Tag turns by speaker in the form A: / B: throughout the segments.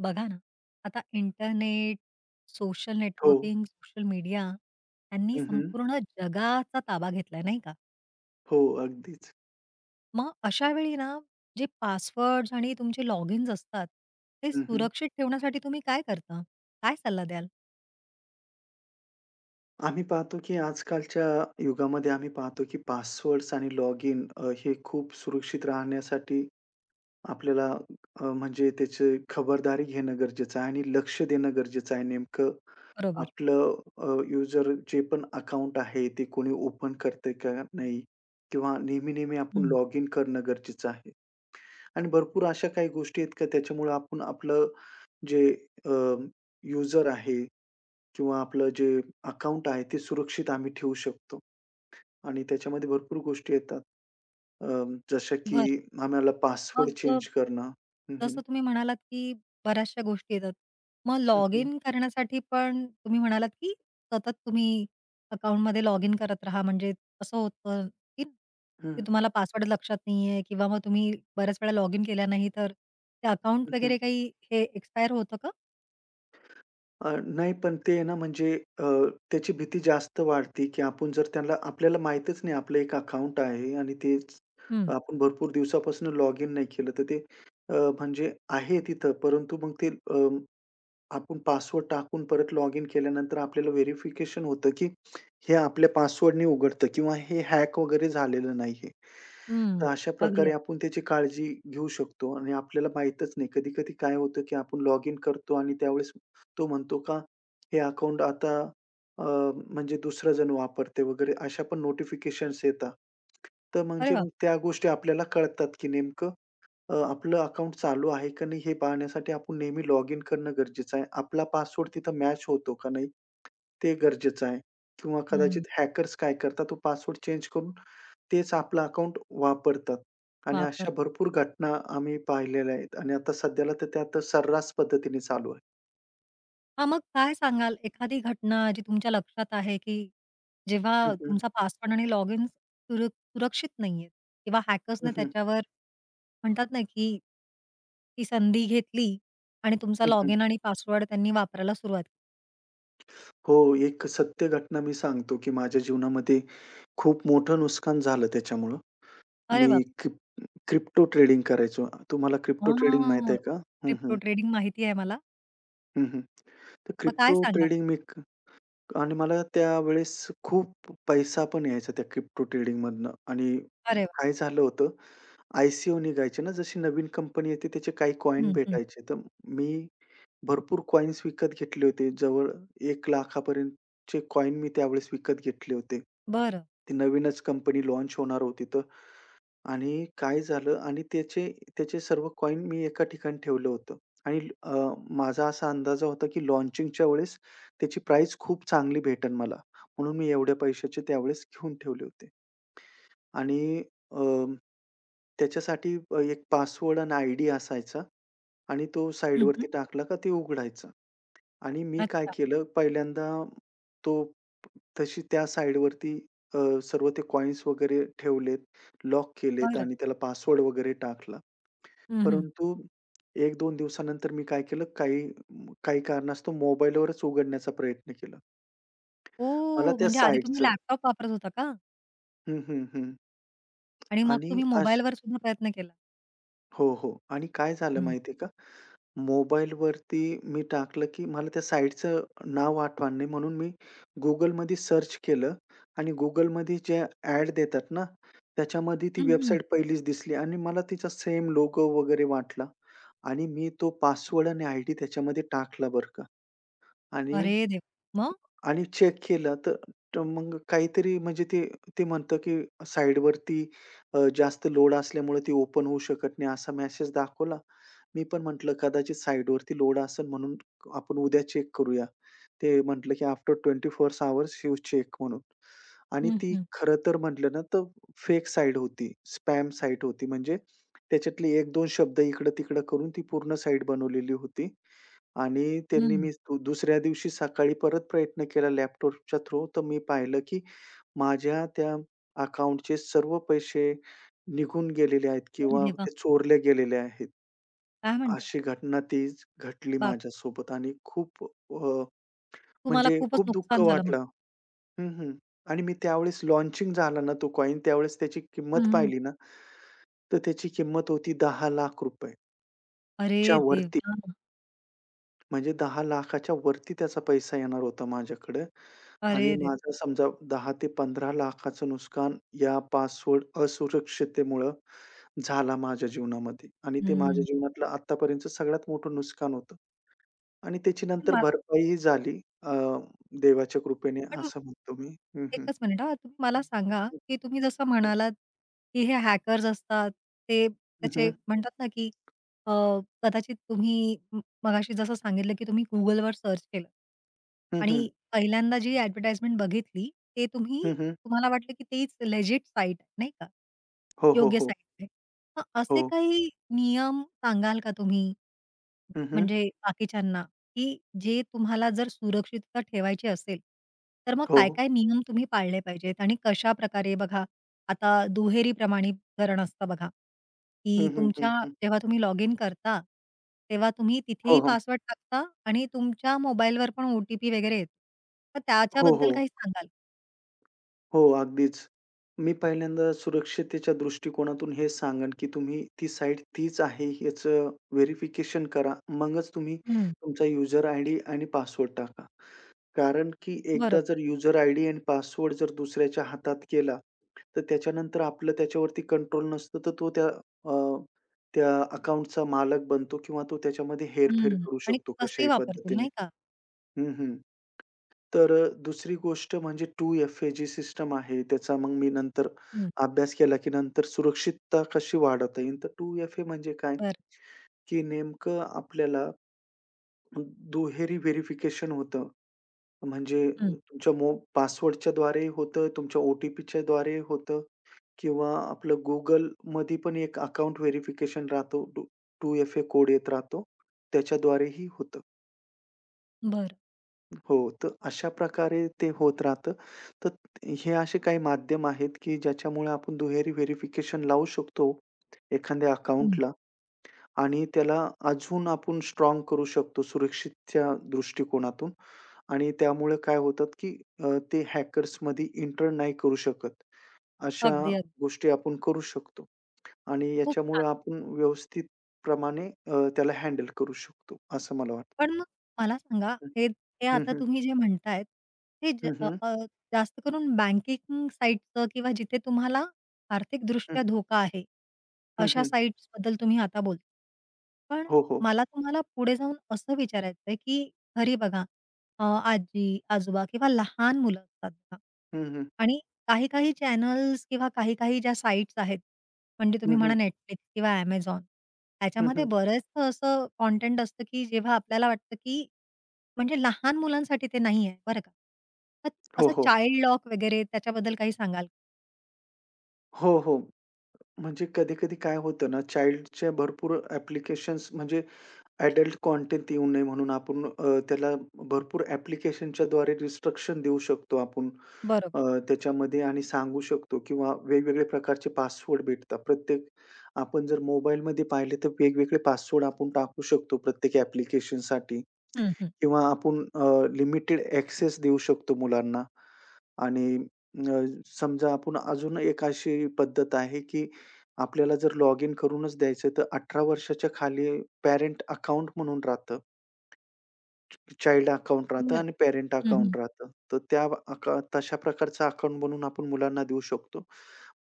A: बघा ना, आता इंटरनेट, सोशल
B: हो.
A: नेटवर्किंग, सोशल मीडिया यांनी
B: हं, हं.
A: संपूर्ण जगाचा ताबा घेतलाय, नाही का?
B: हो, अगदीच.
A: मग अशा वेळी ना, जे पासवर्ड्स आणि तुमचे लॉगिन्स असतात, ते
B: हं, हं.
A: सुरक्षित ठेवण्यासाठी तुम्ही काय करता? काय सल्ला द्याल?
B: आम्ही पाहतो, की आजकालच्या युगामध्ये आम्ही पाहतो, की पासवर्ड्स आणि लॉगिन हे खूप सुरक्षित राहण्यासाठी आपल्याला म्हणजे त्याची खबरदारी घेणं गरजेचं आहे आणि लक्ष देणं गरजेचं आहे. नेमकं
A: बरोबर.
B: आपलं यूजर जे पण अकाउंट आहे, ते कोणी ओपन करतंय का नाही? किंवा नेहमी-नेहमी आपण
A: हं.
B: लॉगिन करणं गरजेचं आहे. आणि भरपूर अशा काही गोष्टी आहेत, का त्याच्यामुळे आपण आपलं जे अ, यूजर आहे किंवा आपलं जे अकाउंट आहे ते सुरक्षित आम्ही ठेवू शकतो आणि त्याच्यामध्ये भरपूर गोष्टी येतात. जशा की
A: बरं.
B: आम्हाला पासवर्ड चेंज
A: मग
B: करणं. हं, हं.
A: जसं तुम्ही म्हणालात, की बऱ्याचशा गोष्टी येतात. मग
B: हं,
A: लॉग
B: हं.
A: इन करण्यासाठी पण तुम्ही म्हणालात, की सतत तुम्ही अकाउंटमध्ये लॉग इन करत राहा. म्हणजे असं होतं, की की तुम्हाला पासवर्ड लक्षात नाहीये किंवा मग तुम्ही बऱ्याच वेळा लॉग इन केला नाही, तर ते अकाउंट वगैरे काही हे एक्सपायर होतं का?
B: नाही पण ते आहे ना म्हणजे अ, त्याची भीती जास्त वाढते, की आपण जर त्याला आपल्याला माहीतच नाही आपलं एक अकाउंट आहे आणि तेच
A: हं,
B: आपण भरपूर दिवसापासून लॉगिन नाही केलं, तर ते म्हणजे आहे तिथं परंतु मग ते आपण पासवर्ड टाकून परत लॉगिन केल्यानंतर आपल्याला व्हेरिफिकेशन होतं, की हे आपल्या पासवर्डनी उघडतं किंवा हे हॅक वगैरे झालेलं नाहीये. तर
A: हं.
B: अशा
A: अगदी.
B: प्रकारे
A: अगदी.
B: आपण त्याची काळजी घेऊ शकतो आणि आपल्याला माहीतच नाही. कधी-कधी काय होतं, की आपण लॉगिन करतो आणि त्यावेळेस तो म्हणतो का हे अकाउंट आता अ, म्हणजे दुसरा जण वापरते वगैरे अशा पण नोटिफिकेशन्स येतात. तर
A: अरे
B: म्हणजे
A: वाह!
B: मग त्या गोष्टी आपल्याला कळतात, की नेमकं आपलं अकाउंट चालू आहे का नाही हे पाहण्यासाठी आपण नेहमी लॉग इन करणं गरजेचं आहे. आपला पासवर्ड तिथं मॅच होतो का नाही, ते गरजेचं आहे किंवा कदाचित
A: हं.
B: हॅकर्स काय करतात, तो पासवर्ड चेंज करून तेच आपलं अकाउंट वापरतात आणि अशा
A: वापरता.
B: भरपूर घटना आम्ही पाहिलेल्या आहेत आणि आता सध्याला तर त्या आता सर्रास पद्धतीने चालू आहे.
A: हां, मग काय सांगाल एखादी घटना जी तुमच्या लक्षात आहे, की
B: हं,
A: जेव्हा
B: हं.
A: तुमचा पासवर्ड आणि लॉगिन्स सुरक्षित नाहीये किंवा
B: हं,
A: हॅकर्सने
B: हं.
A: त्याच्यावर म्हणतात ना, की ती संधी घेतली आणि तुमचा
B: हं, हं.
A: लॉगिन आणि पासवर्ड त्यांनी वापरायला सुरुवात केली.
B: हो, एक सत्य घटना मी सांगतो, की माझ्या जीवनामध्ये खूप मोठं नुकसान झालं त्याच्यामुळं.
A: अरे
B: मी
A: बाप!
B: क्रिप्टो ट्रेडिंग करायचो. तुम्हाला क्रिप्टो ट्रेडिंग माहीत
A: हां,
B: आहे का? हं,
A: क्रिप्टो
B: हं.
A: ट्रेडिंग माहिती आहे मला.
B: हं, हं. तर
A: मग काय
B: क्रिप्टो
A: सांगाल?
B: ट्रेडिंग मी क आणि मला त्यावेळेस खूप पैसा पण यायचा त्या क्रिप्टो ट्रेडिंगमधनं आणि
A: अरे वाह!
B: काय झालं होतं, ICO निघायचे ना, जशी नवीन कंपनी येते त्याचे काही कॉइन
A: हं, हं.
B: भेटायचे. तर मी भरपूर कॉइन्स विकत घेतले होते. जवळ 1,00,000 पर्यंतचे कॉइन मी त्यावेळेस विकत घेतले होते.
A: बरं.
B: ती नवीनच कंपनी लॉन्च होणार होती तर आणि काय झालं आणि त्याचे त्याचे सर्व कॉइन मी एका ठिकाणी ठेवलं होतं आणि माझा असा अंदाजा होता, की लॉन्चिंगच्या वेळेस त्याची प्राईज खूप चांगली भेटेल मला. म्हणून मी एवढ्या पैशाचे त्यावेळेस घेऊन ठेवले होते. आणि अ, त्याच्यासाठी एक पासवर्ड आणि आयडी असायचा आणि तो
A: हं,
B: साइडवरती
A: हं.
B: टाकला का ते उघडायचं. आणि मी काय
A: अच्छा.
B: केलं पहिल्यांदा तो तशी त्या साइडवरती अ, सर्व ते कॉइन्स वगैरे ठेवलेत, लॉक केलेत
A: बरं.
B: आणि त्याला पासवर्ड वगैरे टाकला.
A: हं, हं.
B: परंतु 1-2 दिवसानंतर मी काय केलं, काही काही कारणास्तव मोबाईलवरच उघडण्याचा प्रयत्न केला. मला
A: ओह!
B: त्या
A: म्हणजे आधी तुम्ही
B: साइटचं
A: लॅपटॉप वापरत होता का?
B: हं, हं, हं.
A: आणि मग
B: आणि
A: तुम्ही मोबाईलवर सुद्धा प्रयत्न केला?
B: हो, हो. आणि काय झालं
A: हं.
B: माहिती का? मोबाईलवरती मी टाकलं, की मला त्या साइटचं नाव आठवण नाही म्हणून मी Googleमध्ये सर्च केलं आणि Googleमध्ये ज्या ॲड देतात ना, त्याच्यामध्ये ती
A: हं, हं.
B: वेबसाईट पहिलीच दिसली आणि मला तिचा सेम लोगो वगैरे वाटला आणि मी तो पासवर्ड आणि आयडी त्याच्यामध्ये टाकला बरं का आणि
A: अरे देवा! मग?
B: आणि चेक केलं तर तर मग काहीतरी म्हणजे ते ते म्हणतं, की साइटवरती जास्त लोड असल्यामुळे ती ओपन होऊ शकत नाही असा मेसेज दाखवला. मी पण म्हटलं कदाचित साइटवरती लोड असेल म्हणून आपण उद्या चेक करूया. ते म्हटलं, की आफ्टर 24 आवर्स यू चेक म्हणून. आणि
A: हं,
B: ती
A: हं.
B: खरं तर म्हटलं ना तर फेक साइट होती, स्पॅम साइट होती. म्हणजे त्याच्यातले 1-2 शब्द इकडं-तिकडं करून ती पूर्ण साइट बनवलेली होती. आणि त्यांनी
A: हं.
B: मी दुसऱ्या दिवशी सकाळी परत प्रयत्न केला लॅपटॉपच्या थ्रू, तर मी पाहिलं की माझ्या त्या अकाउंटचे सर्व पैसे निघून गेलेले आहेत
A: अरे
B: किंवा
A: देवा!
B: ते चोरले गेलेले आहेत.
A: काय म्हणता?
B: अशी घटना ती घडली
A: बाप
B: माझ्यासोबत आणि खूप
A: तुम्हाला
B: म्हणजे
A: खूपच
B: खूप दुःख
A: नुकसान झालं मग.
B: वाटलं. हं, हं. आणि मी त्यावेळेस लॉन्चिंग झाला ना तो कॉइन त्यावेळेस त्याची
A: हं,
B: किंमत
A: हं.
B: पाहिली ना, तर त्याची किंमत होती ₹10,00,000
A: अरे
B: च्या वरती.
A: देवा!
B: म्हणजे 10,00,000च्या वरती त्याचा पैसा येणार होता माझ्याकडं आणि
A: अरे देवा!
B: माझं समजा 10 ते 15,00,000चं नुकसान या पासवर्ड असुरक्षिततेमुळं झाला माझ्या जीवनामध्ये आणि ते माझ्या
A: हं.
B: जीवनातलं आत्तापर्यंतचं सगळ्यात मोठं नुकसान होतं आणि त्याची
A: पण
B: नंतर
A: मला
B: भरपाईही झाली देवाच्या कृपेने
A: पण
B: असं म्हणतो मी. हं, हं.
A: एकच मिनिट हां. तुम्ही मला सांगा, की तुम्ही जसं म्हणालात, की हे हॅकर्स असतात, ते
B: हं, हं.
A: त्याचे म्हणतात ना, की अ, कदाचित तुम्ही मगाशी जसं सांगितलं, की तुम्ही Googleवर सर्च केलं
B: हं, हं.
A: आणि पहिल्यांदा जी ॲडव्हर्टाइजमेंट बघितली, ते तुम्ही
B: हं, हं.
A: तुम्हाला वाटलं, की तीच लेजिट साईट नाही का?
B: हो, हो,
A: योग्य
B: हो.
A: साईट आहे. मग असे
B: हो.
A: काही नियम सांगाल का तुम्ही,
B: हं, हं.
A: म्हणजे बाकीच्यांना, की जे तुम्हाला जर सुरक्षितता ठेवायची असेल, तर मग
B: हो.
A: काय-काय नियम तुम्ही पाळले पाहिजेत आणि कशाप्रकारे बघा, आता दुहेरी प्रमाणीकरण असतं बघा,
B: हं,
A: की
B: हं, हं,
A: तुमच्या
B: हं.
A: जेव्हा तुम्ही लॉगिन करता, तेव्हा तुम्ही
B: हो,
A: तिथेही
B: हो.
A: पासवर्ड टाकता आणि तुमच्या मोबाईलवर पण ओ-टी-पी वगैरे येतो. तर
B: हो,
A: त्याच्याबद्दल
B: हो.
A: काही सांगाल?
B: हो, अगदीच. मी पहिल्यांदा सुरक्षतेच्या दृष्टिकोनातून हे सांगेन, की तुम्ही ती साईट तीच आहे याचं व्हेरिफिकेशन करा. मगच तुम्ही
A: हं,
B: तुमचा यूजर आयडी आणि पासवर्ड टाका. कारण की एकदा
A: बरोबर.
B: जर यूजर आयडी आणि पासवर्ड जर दुसऱ्याच्या हातात गेला, तर त्याच्यानंतर आपलं त्याच्यावरती कंट्रोल नसतं, तर तो त्या अ, त्या अकाउंटचा मालक बनतो किंवा तो त्याच्यामध्ये हेरफेर
A: हं.
B: करू
A: आणि
B: शकतो
A: कसेही
B: कशाही
A: वापरतील
B: पद्धतीने.
A: नाही का?
B: हं, हं. तर दुसरी गोष्ट म्हणजे 2FA जी सिस्टम आहे, त्याचा मग मी नंतर
A: हं,
B: अभ्यास केला, की नंतर सुरक्षितता कशी वाढवता येईल. तर 2FA म्हणजे काय,
A: बरं.
B: की नेमकं आपल्याला दुहेरी व्हेरिफिकेशन होतं. म्हणजे
A: हं,
B: तुमच्या पासवर्डच्याद्वारेही होतं, तुमच्या ओ-टी-पीच्याद्वारेही होतं किंवा आपलं Googleमध्ये पण एक अकाउंट व्हेरिफिकेशन राहतो. 2 2FA कोड येत राहतो. त्याच्याद्वारेही होतं.
A: बरं.
B: हो, तर अशा प्रकारे ते होत राहतं. तर हे असे काही माध्यम आहेत, की ज्याच्यामुळे आपण दुहेरी व्हेरिफिकेशन लावू शकतो एखाद्या
A: हं.
B: अकाउंटला आणि त्याला अजून आपण स्ट्रॉंग करू शकतो सुरक्षितच्या दृष्टिकोनातून आणि त्यामुळे काय होतात, की ते हॅकर्समध्ये एंटर नाही करू शकत. अशा
A: अगदी, अगदी.
B: गोष्टी आपण करू शकतो आणि
A: खूप छान.
B: याच्यामुळे आपण व्यवस्थित प्रमाणे त्याला हँडल करू शकतो, असं मला वाटतं.
A: पण मग मला सांगा, हे हे
B: हं,
A: आता
B: हं.
A: तुम्ही जे म्हणतायत, ते
B: हं, हं.
A: जास्त करून बँकिंग साइटचं किंवा जिथे तुम्हाला
B: हं,
A: आर्थिकदृष्ट्या धोका आहे,
B: हं,
A: अशा
B: हं.
A: साइट्सबद्दल तुम्ही आता बोलता. पण
B: हो, हो.
A: मला तुम्हाला पुढे जाऊन असं विचारायचं आहे, की घरी बघा आजी-आजोबा किंवा लहान मुलं असतात बघा
B: हं, हं.
A: आणि काही-काही चॅनल्स किंवा काही-काही ज्या साइट्स आहेत म्हणजे
B: हं,
A: तुम्ही
B: हं.
A: म्हणा Netflix किंवा Amazon.
B: हं,
A: त्याच्यामध्ये
B: हं.
A: बरंचसं असं कंटेंट असतं, की जेव्हा आपल्याला वाटतं, की म्हणजे लहान मुलांसाठी ते नाही आहे, बरं का. मग
B: हो,
A: असं
B: हो.
A: चाइल्ड लॉक वगैरे त्याच्याबद्दल काही सांगाल?
B: हो, हो. म्हणजे कधी-कधी काय होतं ना, चाइल्डचे भरपूर ॲप्लिकेशन्स म्हणजे अडल्ट कंटेंट येऊ नये म्हणून आपण त्याला भरपूर ॲप्लिकेशनच्याद्वारे रिस्ट्रिक्शन देऊ शकतो आपण
A: बरोबर.
B: अ, त्याच्यामध्ये आणि सांगू शकतो किंवा वेगवेगळे प्रकारचे पासवर्ड भेटतात. प्रत्येक आपण जर मोबाईलमध्ये पाहिले तर वेगवेगळे पासवर्ड आपण टाकू शकतो प्रत्येक ॲप्लिकेशनसाठी
A: हं, हं.
B: किंवा आपण लिमिटेड ॲक्सेस देऊ शकतो मुलांना. आणि अ, समजा आपण अजून एक अशी पद्धत आहे, की आपल्याला जर लॉगिन करूनच द्यायचं, तर 18 वर्षाच्या खाली पॅरेंट अकाउंट म्हणून राहतं. चाइल्ड अकाउंट राहतं
A: बरं.
B: आणि पेरेंट
A: हं, हं.
B: अकाउंट राहतं. तर त्या तशा प्रकारचं अकाउंट बनवून आपण मुलांना देऊ शकतो.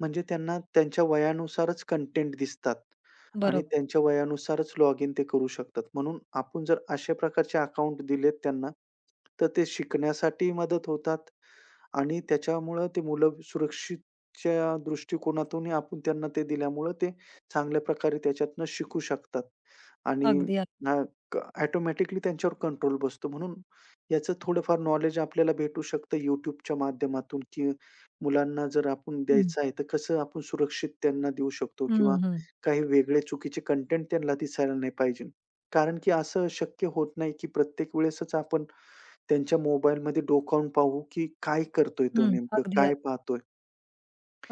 B: म्हणजे त्यांना त्यांच्या वयानुसारच कंटेंट दिसतात आणि
A: बरोबर.
B: त्यांच्या वयानुसारच लॉग इन ते करू शकतात. म्हणून आपण जर अशा प्रकारचे अकाउंट दिलेत त्यांना, तर ते शिकण्यासाठी मदत होतात आणि त्याच्यामुळं ते मुलं सुरक्षितच्या दृष्टिकोनातूनही आपण त्यांना ते दिल्यामुळं ते चांगल्या प्रकारे त्याच्यातनं शिकू शकतात आणि
A: अगदी, अगदी.
B: ऑटोमॅटिकली त्यांच्यावर कंट्रोल बसतो. म्हणून याचं थोडंफार नॉलेज आपल्याला भेटू शकतं YouTubeच्या माध्यमातून, की मुलांना जर आपण
A: हं.
B: द्यायचं आहे, तर कसं आपण सुरक्षित त्यांना देऊ शकतो किंवा
A: हं, हं.
B: काही वेगळे चुकीचे कंटेंट त्यांना दिसायला नाही पाहिजे. कारण की असं शक्य होत नाही, की प्रत्येक वेळेसच आपण त्यांच्या मोबाईलमध्ये डोकावून पाहू, की काय करतोय तो
A: हं.
B: नेमकं?
A: अगदी, अगदी.
B: काय पाहतोय?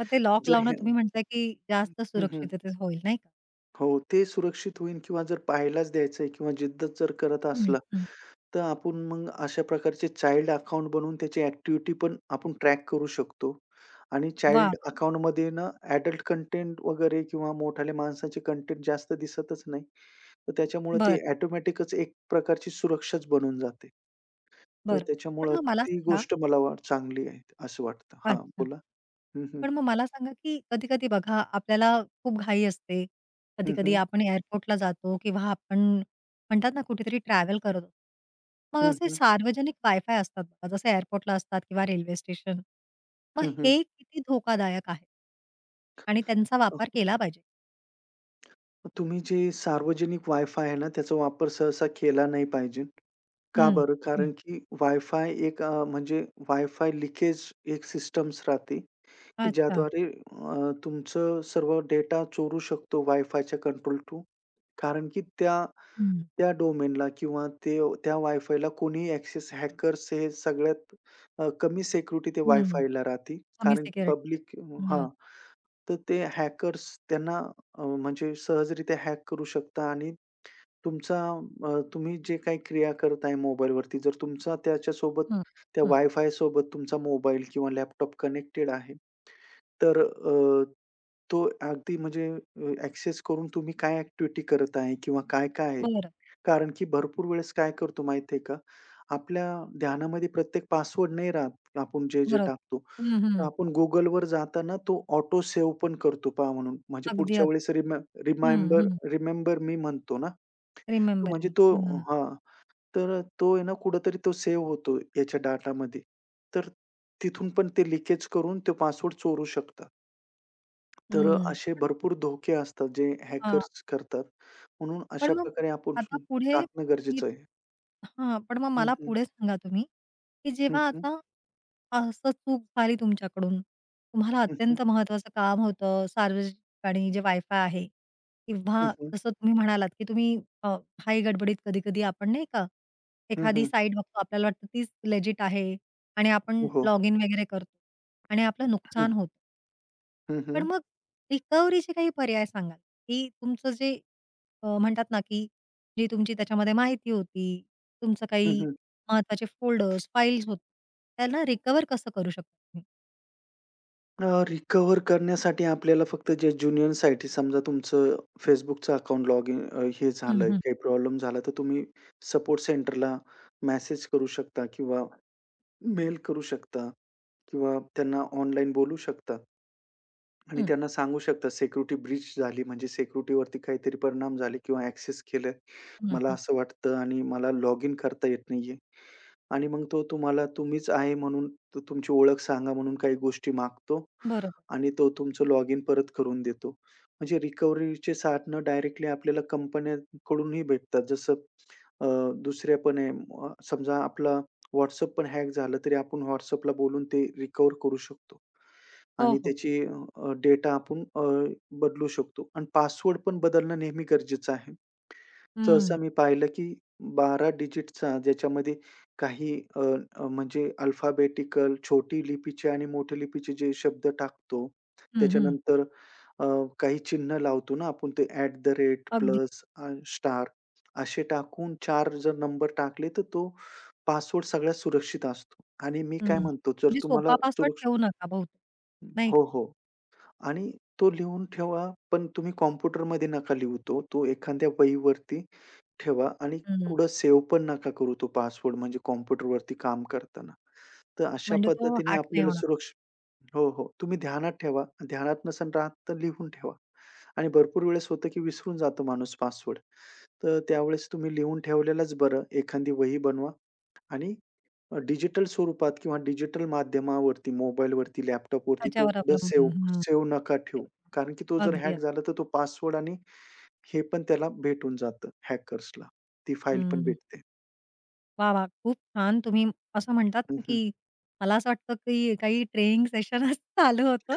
A: मग ते लॉक
B: जर
A: लावणं
B: हे
A: तुम्ही म्हणताय, की जास्त
B: हं, हं.
A: सुरक्षिततेत होईल, नाही का?
B: हो, ते सुरक्षित होईल किंवा जर पाहायलाच द्यायचंय किंवा जिद्द जर करत
A: हं,
B: असला,
A: हं.
B: तर आपण मग अशा प्रकारचे चाइल्ड अकाउंट बनवून त्याची ॲक्टिव्हिटी पण आपण ट्रॅक करू शकतो. आणि
A: वाह! वाह!
B: चाइल्ड अकाउंटमध्ये ना अडल्ट कंटेंट वगैरे किंवा मोठाल्या माणसाचे कंटेंट जास्त दिसतच नाही. तर त्याच्यामुळे ते
A: बरं,
B: ऑटोमॅटिकच एक प्रकारची सुरक्षाच बनून जाते. तर
A: बरं. पण
B: त्याच्यामुळं
A: मग मला
B: ती
A: सांगा
B: गोष्ट मला वा चांगली आहे असं वाटतं. हां,
A: अच्छा.
B: बोला. हं, हं.
A: पण मग मला सांगा, की कधी-कधी बघा आपल्याला खूप घाई असते.
B: हं,
A: कधी-कधी
B: हं.
A: आपण एअरपोर्टला जातो किंवा आपण म्हणतात ना कुठेतरी ट्रॅव्हल करत असतो. मग
B: हं,
A: असे
B: हं.
A: सार्वजनिक वाय-फाय असतात बघा, जसे एअरपोर्टला असतात किंवा रेल्वे स्टेशन. मग
B: हं,
A: हे किती धोकादायक आहे? आणि त्यांचा वापर केला पाहिजे.
B: तुम्ही जे सार्वजनिक वाय-फाय आहे ना, त्याचा वापर सहसा केला नाही पाहिजे. का
A: हं,
B: बरं?
A: हं.
B: कारण की एक म्हणजे वाय-फाय लिकेज एक सिस्टम्स राहते, की
A: अच्छा.
B: ज्याद्वारे तुमचं सर्व डेटा चोरू शकतो वाय-फायच्या कंट्रोल टू कारण की त्या
A: हं,
B: त्या डोमेनला किंवा ते त्या वायफायला कोणीही ॲक्सेस हॅकर्स हे सगळ्यात कमी सिक्युरिटी ते
A: हं.
B: वायफायला राहते.
A: कमी
B: कारण की
A: सिक्युरिटी.
B: पब्लिक
A: हं,
B: हां. तर ते हॅकर्स त्यांना म्हणजे सहजरित्या हॅक करू शकता आणि तुमचा तुम्ही जे काही क्रिया करताय मोबाईलवरती जर तुमचा त्याच्यासोबत
A: हं,
B: त्या
A: हं.
B: वायफायसोबत तुमचा मोबाईल किंवा लॅपटॉप कनेक्टेड आहे. तर तो अगदी म्हणजे करून तुम्ही काय ॲक्टिव्हिटी करत आहे किंवा काय-काय आहे
A: बरं,
B: कारण की भरपूर वेळेस काय करतो माहिती आहे का, आपल्या ध्यानामध्ये प्रत्येक पासवर्ड नाही राहत, आपण जे-जे
A: बरोबर.
B: टाकतो.
A: हं,
B: तर
A: हं.
B: आपण Googleवर जाताना तो ऑटो सेव्ह पण करतो पहा म्हणून. म्हणजे
A: अगदी,
B: पुढच्या
A: अगदी.
B: वेळेस
A: हं,
B: रिमाइंबर
A: हं.
B: रिमेंबर मी म्हणतो ना, तो
A: रिमेंबर
B: म्हणजे
A: मी.
B: तो
A: हं,
B: हां, तर तो आहे ना कुठेतरी तो सेव्ह होतो याच्या डाटामध्ये. तर तिथून पण ते लीकेज करून तो पासवर्ड चोरू शकतात. तर
A: हं.
B: असे
A: पण
B: भरपूर धोके असतात जे
A: हा.
B: हॅकर्स करतात. म्हणून अशा
A: पण मग
B: प्रकारे आपण
A: आता पुढे
B: टाकणं
A: मी
B: गरजेचं आहे.
A: हां, पण मग
B: हं,
A: मला
B: हं.
A: पुढे सांगा तुम्ही, की
B: हं,
A: जेव्हा
B: हं.
A: आता असं चूक झाली तुमच्याकडून, तुम्हाला
B: हं, हं.
A: अत्यंत महत्त्वाचं काम होतं, सार्वजनिक ठिकाणी जे वायफाय आहे
B: हं,
A: किंवा
B: हं.
A: जसं तुम्ही म्हणालात, की तुम्ही अ, घाई गडबडीत कधी-कधी आपण नाही का,
B: हं,
A: एखादी
B: हं.
A: साईट बघतो आपल्याला वाटतं तीच लेजिट आहे आणि आपण
B: हो, हो.
A: लॉग इन वगैरे करतो आणि आपलं
B: हं.
A: नुकसान होतं.
B: हं,
A: पण
B: हं.
A: मग रिकव्हरीचे काही पर्याय सांगाल, की तुमचं जे म्हणतात ना, की जी तुमची त्याच्यामध्ये माहिती होती, तुमचं
B: हं,
A: काही
B: हं.
A: महत्त्वाचे फोल्डर्स, फाईल्स होते, त्यांना रिकव्हर कसं करू शकता तुम्ही?
B: रिकव्हर करण्यासाठी आपल्याला फक्त जे जुनियरसाठी समजा तुमचं Facebookचं अकाउंट लॉग इन हे
A: हं,
B: झालं,
A: हं.
B: काही प्रॉब्लेम झाला, तर तुम्ही सपोर्ट सेंटरला मेसेज करू शकता किंवा मेल करू शकता किंवा त्यांना ऑनलाईन बोलू शकता. आणि
A: हं,
B: त्यांना सांगू शकता सिक्युरिटी ब्रीच झाली म्हणजे सिक्युरिटीवरती काहीतरी परिणाम झाले किंवा ॲक्सेस केलं.
A: हं,
B: मला
A: हं.
B: असं वाटतं आणि मला लॉग इन करता येत नाहीये. आणि मग तो तुम्हाला तुम्हीच आहे म्हणून तो तुमची ओळख सांगा म्हणून काही गोष्टी मागतो
A: बरोबर.
B: आणि तो तुमचं लॉग इन परत करून देतो. म्हणजे रिकव्हरीचे साधनं डायरेक्टली आपल्याला कंपन्यांकडूनही भेटतात. जसं अ, दुसऱ्या पण आहे समजा आपला WhatsApp पण हॅक झालं तरी आपण WhatsAppला बोलून ते रिकव्हर करू शकतो.
A: हो,
B: आणि
A: हो.
B: त्याची डेटा आपण बदलू शकतो आणि पासवर्ड पण बदलणं नेहमी गरजेचं आहे. सहसा
A: हं,
B: मी पाहिलं की 12 डिजिटचा ज्याच्यामध्ये काही अ, अ, म्हणजे अल्फाबेटिकल छोटी लिपीचे आणि मोठ्या लिपीचे जे शब्द टाकतो,
A: हं, हं.
B: त्याच्यानंतर अ, काही चिन्ह लावतो ना आपण ते ॲट द रेट,
A: अगदी.
B: प्लस स्टार असे टाकून 4 जर नंबर टाकले, तर तो पासवर्ड सगळ्यात सुरक्षित असतो आणि मी
A: हं.
B: काय म्हणतो जर
A: म्हणजे सोपा
B: तुम्हाला
A: पासवर्ड ठेवू नका बहुतेक, नाही
B: हो,
A: का?
B: हो. आणि तो लिहून ठेवा, पण तुम्ही कॉम्प्युटरमध्ये नका लिहू तो. तो एखाद्या वहीवरती ठेवा आणि
A: हं.
B: कुठं सेव्ह पण नका करू तो पासवर्ड म्हणजे कॉम्प्युटरवरती काम करताना. तर अशा
A: म्हणजे तो
B: पद्धतीने
A: हॅक नाही
B: आपल्याला
A: होणार.
B: हो, हो. तुम्ही ध्यानात ठेवा. ध्यानात नसेल राहत तर लिहून ठेवा. आणि भरपूर वेळेस होतं की विसरून जातो माणूस पासवर्ड. तर त्यावेळेस तुम्ही लिहून ठेवलेलाच बरं. एखादी वही बनवा आणि डिजिटल स्वरूपात किंवा डिजिटल माध्यमावरती, मोबाईलवरती, लॅपटॉपवरती तो
A: त्याच्यावर
B: कुठे
A: अवलंबून. हं,
B: सेव्ह
A: हं.
B: सेव्ह नका ठेवू. कारण की तो जर
A: अगदी,
B: हॅक
A: अगदी.
B: झाला, तर तो पासवर्ड आणि हे पण त्याला भेटून जातं हॅकर्सला. ती फाईल पण
A: हं.
B: भेटते.
A: वाह! वाह! खूप छान तुम्ही असं म्हणतात
B: हं,
A: ना, की
B: हं.
A: मला असं वाटतं, की काही ट्रेनिंग सेशनच चालू होतं.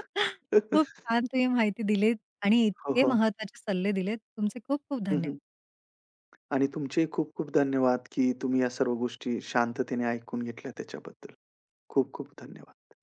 A: खूप छान तुम्ही माहिती दिलीत आणि
B: हो,
A: इतके
B: हो.
A: महत्त्वाचे सल्ले दिलेत. तुमचे खूप खूप
B: हं, हं.
A: धन्यवाद.
B: आणि तुमचेही खूप खूप धन्यवाद, की तुम्ही या सर्व गोष्टी शांततेने ऐकून घेतल्या त्याच्याबद्दल. खूप खूप धन्यवाद.